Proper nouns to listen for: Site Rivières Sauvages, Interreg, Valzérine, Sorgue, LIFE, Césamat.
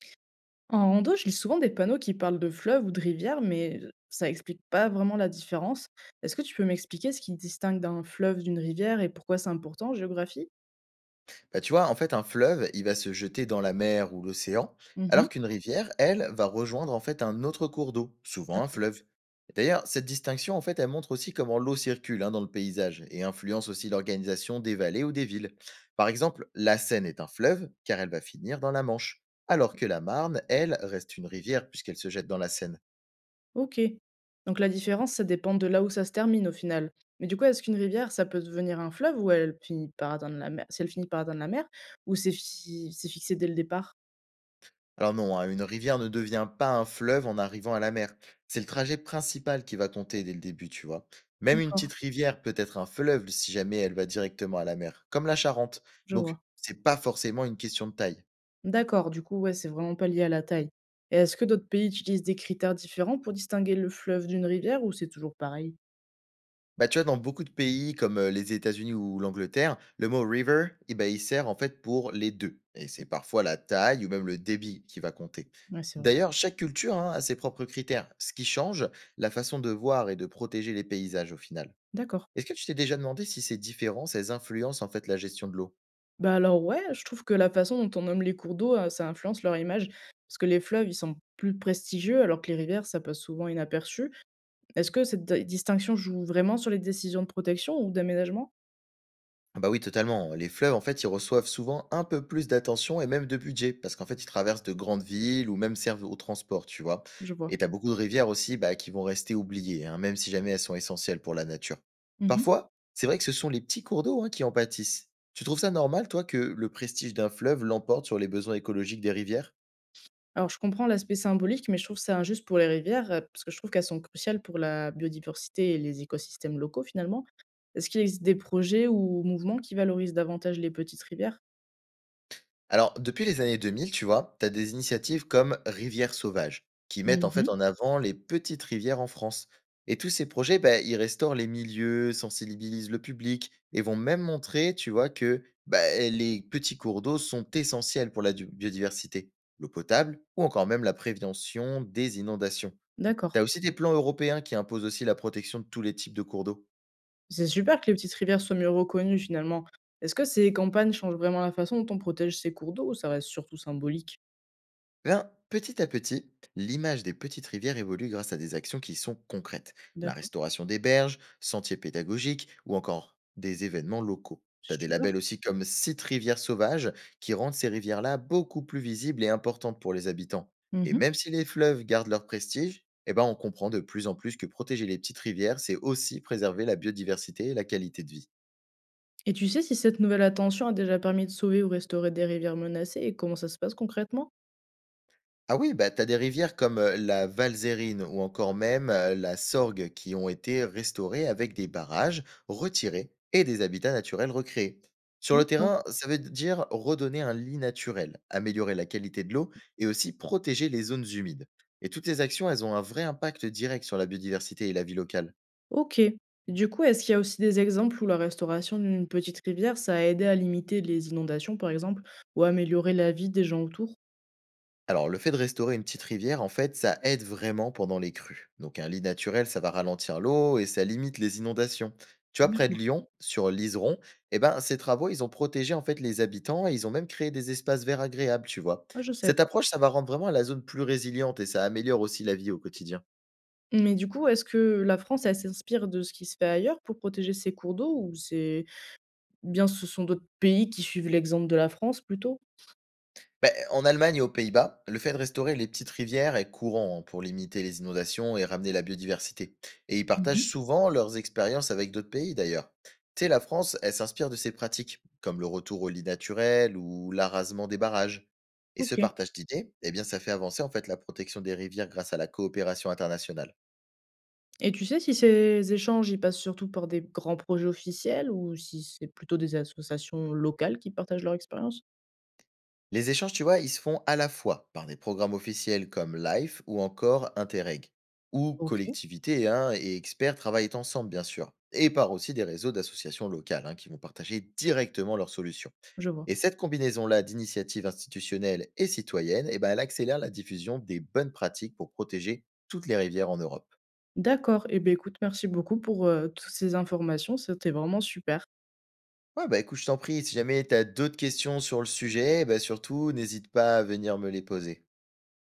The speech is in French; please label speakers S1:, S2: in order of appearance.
S1: En rando, je lis souvent des panneaux qui parlent de fleuves ou de rivières, mais ça explique pas vraiment la différence. Est-ce que tu peux m'expliquer ce qui distingue d'un fleuve d'une rivière et pourquoi c'est important en géographie?
S2: Bah, tu vois, en fait, un fleuve, il va se jeter dans la mer ou l'océan,
S1: Mhm.
S2: alors qu'une rivière, elle, va rejoindre en fait un autre cours d'eau, souvent un
S1: D'accord.
S2: fleuve. D'ailleurs, cette distinction, en fait, elle montre aussi comment l'eau circule hein, dans le paysage et influence aussi l'organisation des vallées ou des villes. Par exemple, la Seine est un fleuve car elle va finir dans la Manche, alors que la Marne, elle, reste une rivière puisqu'elle se jette dans la Seine.
S1: Ok. Donc la différence, ça dépend de là où ça se termine au final. Mais du coup, est-ce qu'une rivière, ça peut devenir un fleuve ou elle finit par atteindre la mer, si elle finit par atteindre la mer, ou c'est fixé dès le départ?
S2: Alors non, hein, une rivière ne devient pas un fleuve en arrivant à la mer. C'est le trajet principal qui va compter dès le début, tu vois. Même une
S1: D'accord.
S2: petite rivière peut être un fleuve si jamais elle va directement à la mer, comme la Charente.
S1: Je
S2: Donc,
S1: vois.
S2: c'est pas forcément une question de taille.
S1: D'accord, du coup, ouais, c'est vraiment pas lié à la taille. Et est-ce que d'autres pays utilisent des critères différents pour distinguer le fleuve d'une rivière ou c'est toujours pareil?
S2: Bah, tu vois, dans beaucoup de pays comme les États-Unis ou l'Angleterre, le mot river, eh ben, il sert en fait pour les deux. Et c'est
S1: Mmh.
S2: parfois la taille ou même le débit qui va compter.
S1: Ouais, c'est vrai.
S2: D'ailleurs, chaque culture hein, a ses propres critères, ce qui change la façon de voir et de protéger les paysages au final.
S1: D'accord.
S2: Est-ce que tu t'es déjà demandé si ces différences, elles influencent en fait la gestion de l'eau?
S1: Bah, alors ouais, je trouve que la façon dont on nomme les cours d'eau, ça influence leur image. Parce que les fleuves, ils sont plus prestigieux, alors que les rivières, ça passe souvent inaperçu. Est-ce que cette d distinction joue vraiment sur les décisions de protection ou d'aménagement?
S2: Ah bah oui, totalement. Les fleuves, en fait, ils reçoivent souvent un peu plus d'attention et même de budget, parce qu'en fait, ils traversent de grandes villes ou même servent au transport, tu vois.
S1: Je vois.
S2: Et t'as beaucoup de rivières aussi bah, qui vont rester oubliées, hein, même si jamais elles sont essentielles pour la nature.
S1: Mmh.
S2: Parfois, c'est vrai que ce sont les petits cours d'eau hein, qui en pâtissent. Tu trouves ça normal, toi, que le prestige d'un fleuve l'emporte sur les besoins écologiques des rivières?
S1: Alors je comprends l'aspect symbolique, mais je trouve ça injuste pour les rivières, parce que je trouve qu'elles sont cruciales pour la biodiversité et les écosystèmes locaux, finalement. Est-ce qu'il existe des projets ou mouvements qui valorisent davantage les petites rivières?
S2: Alors, depuis les années 2000, tu vois, tu as des initiatives comme Rivière Sauvage qui mettent en fait
S1: Mmh.
S2: en avant les petites rivières en France. Et tous ces projets, bah, ils restaurent les milieux, sensibilisent le public et vont même montrer, tu vois, que bah, les petits cours d'eau sont essentiels pour la biodiversité, l'eau potable ou encore même la prévention des inondations. Tu
S1: D'accord.
S2: as aussi des plans européens qui imposent aussi la protection de tous les types de cours d'eau.
S1: C'est super que les petites rivières soient mieux reconnues finalement. Est-ce que ces campagnes changent vraiment la façon dont on protège ces cours d'eau ou ça reste surtout symbolique?
S2: Eh bien, petit à petit, l'image des petites rivières évolue grâce à des actions qui sont concrètes. La
S1: D'accord,
S2: restauration des berges, sentiers pédagogiques ou encore des événements locaux. T'as
S1: c'est
S2: des
S1: super.
S2: labels aussi comme Site Rivières Sauvages qui rendent ces rivières-là beaucoup plus visibles et importantes pour les habitants. Et
S1: Mhm.
S2: même si les fleuves gardent leur prestige, eh ben on comprend de plus en plus que protéger les petites rivières, c'est aussi préserver la biodiversité et la qualité de vie.
S1: Et tu sais si cette nouvelle attention a déjà permis de sauver ou restaurer des rivières menacées et comment ça se passe concrètement?
S2: Ah oui, bah, tu as des rivières comme, la Valzérine ou encore même, la Sorgue qui ont été restaurées avec des barrages retirés et des habitats naturels recréés. Sur le
S1: D'accord.
S2: terrain, ça veut dire redonner un lit naturel, améliorer la qualité de l'eau et aussi protéger les zones humides. Et toutes ces actions, elles ont un vrai impact direct sur la biodiversité et la vie locale.
S1: Ok. Du coup, est-ce qu'il y a aussi des exemples où la restauration d'une petite rivière, ça a aidé à limiter les inondations, par exemple, ou à améliorer la vie des gens autour?
S2: Alors, le fait de restaurer une petite rivière, en fait, ça aide vraiment pendant les crues. Donc, un lit naturel, ça va ralentir l'eau et ça limite les inondations. Tu vois, près de
S1: D'accord.
S2: Lyon, sur l'Iseron, eh ben, ces travaux, ils ont protégé en fait les habitants et ils ont même créé des espaces verts agréables, tu vois.
S1: Ah, je savais
S2: Cette
S1: pas.
S2: approche, ça va rendre vraiment la zone plus résiliente et ça améliore aussi la vie au quotidien.
S1: Mais du coup, est-ce que la France, elle s'inspire de ce qui se fait ailleurs pour protéger ses cours d'eau ou c'est bien, ce sont d'autres pays qui suivent l'exemple de la France plutôt?
S2: Beh, en Allemagne et aux Pays-Bas, le fait de restaurer les petites rivières est courant hein, pour limiter les inondations et ramener la biodiversité. Et ils
S1: Mmh
S2: partagent
S1: mh.
S2: souvent leurs expériences avec d'autres pays d'ailleurs. Tu sais, la France, elle s'inspire de ces pratiques, comme le retour au lit naturel ou l'arasement des barrages. Et ce
S1: OK,
S2: partage d'idées, eh bien, ça fait avancer en fait la protection des rivières grâce à la coopération internationale.
S1: et tu sais si ces échanges, ils passent surtout par des grands projets officiels ou si c'est plutôt des associations locales qui partagent leur expérience?
S2: Les échanges, tu vois, ils se font à la fois par des programmes officiels comme LIFE ou encore Interreg, où
S1: OK.
S2: collectivités hein, et experts travaillent ensemble, bien sûr, et par aussi des réseaux d'associations locales hein, qui vont partager directement leurs solutions.
S1: Je vois.
S2: Et cette combinaison-là d'initiatives institutionnelles et citoyennes, eh ben, elle accélère la diffusion des bonnes pratiques pour protéger toutes les rivières en Europe.
S1: D'accord et beh, écoute, merci beaucoup pour, toutes ces informations, c'était vraiment super.
S2: Ouais, bah écoute, je t'en prie, si jamais tu as d'autres questions sur le sujet, bah surtout, n'hésite pas à venir me les poser.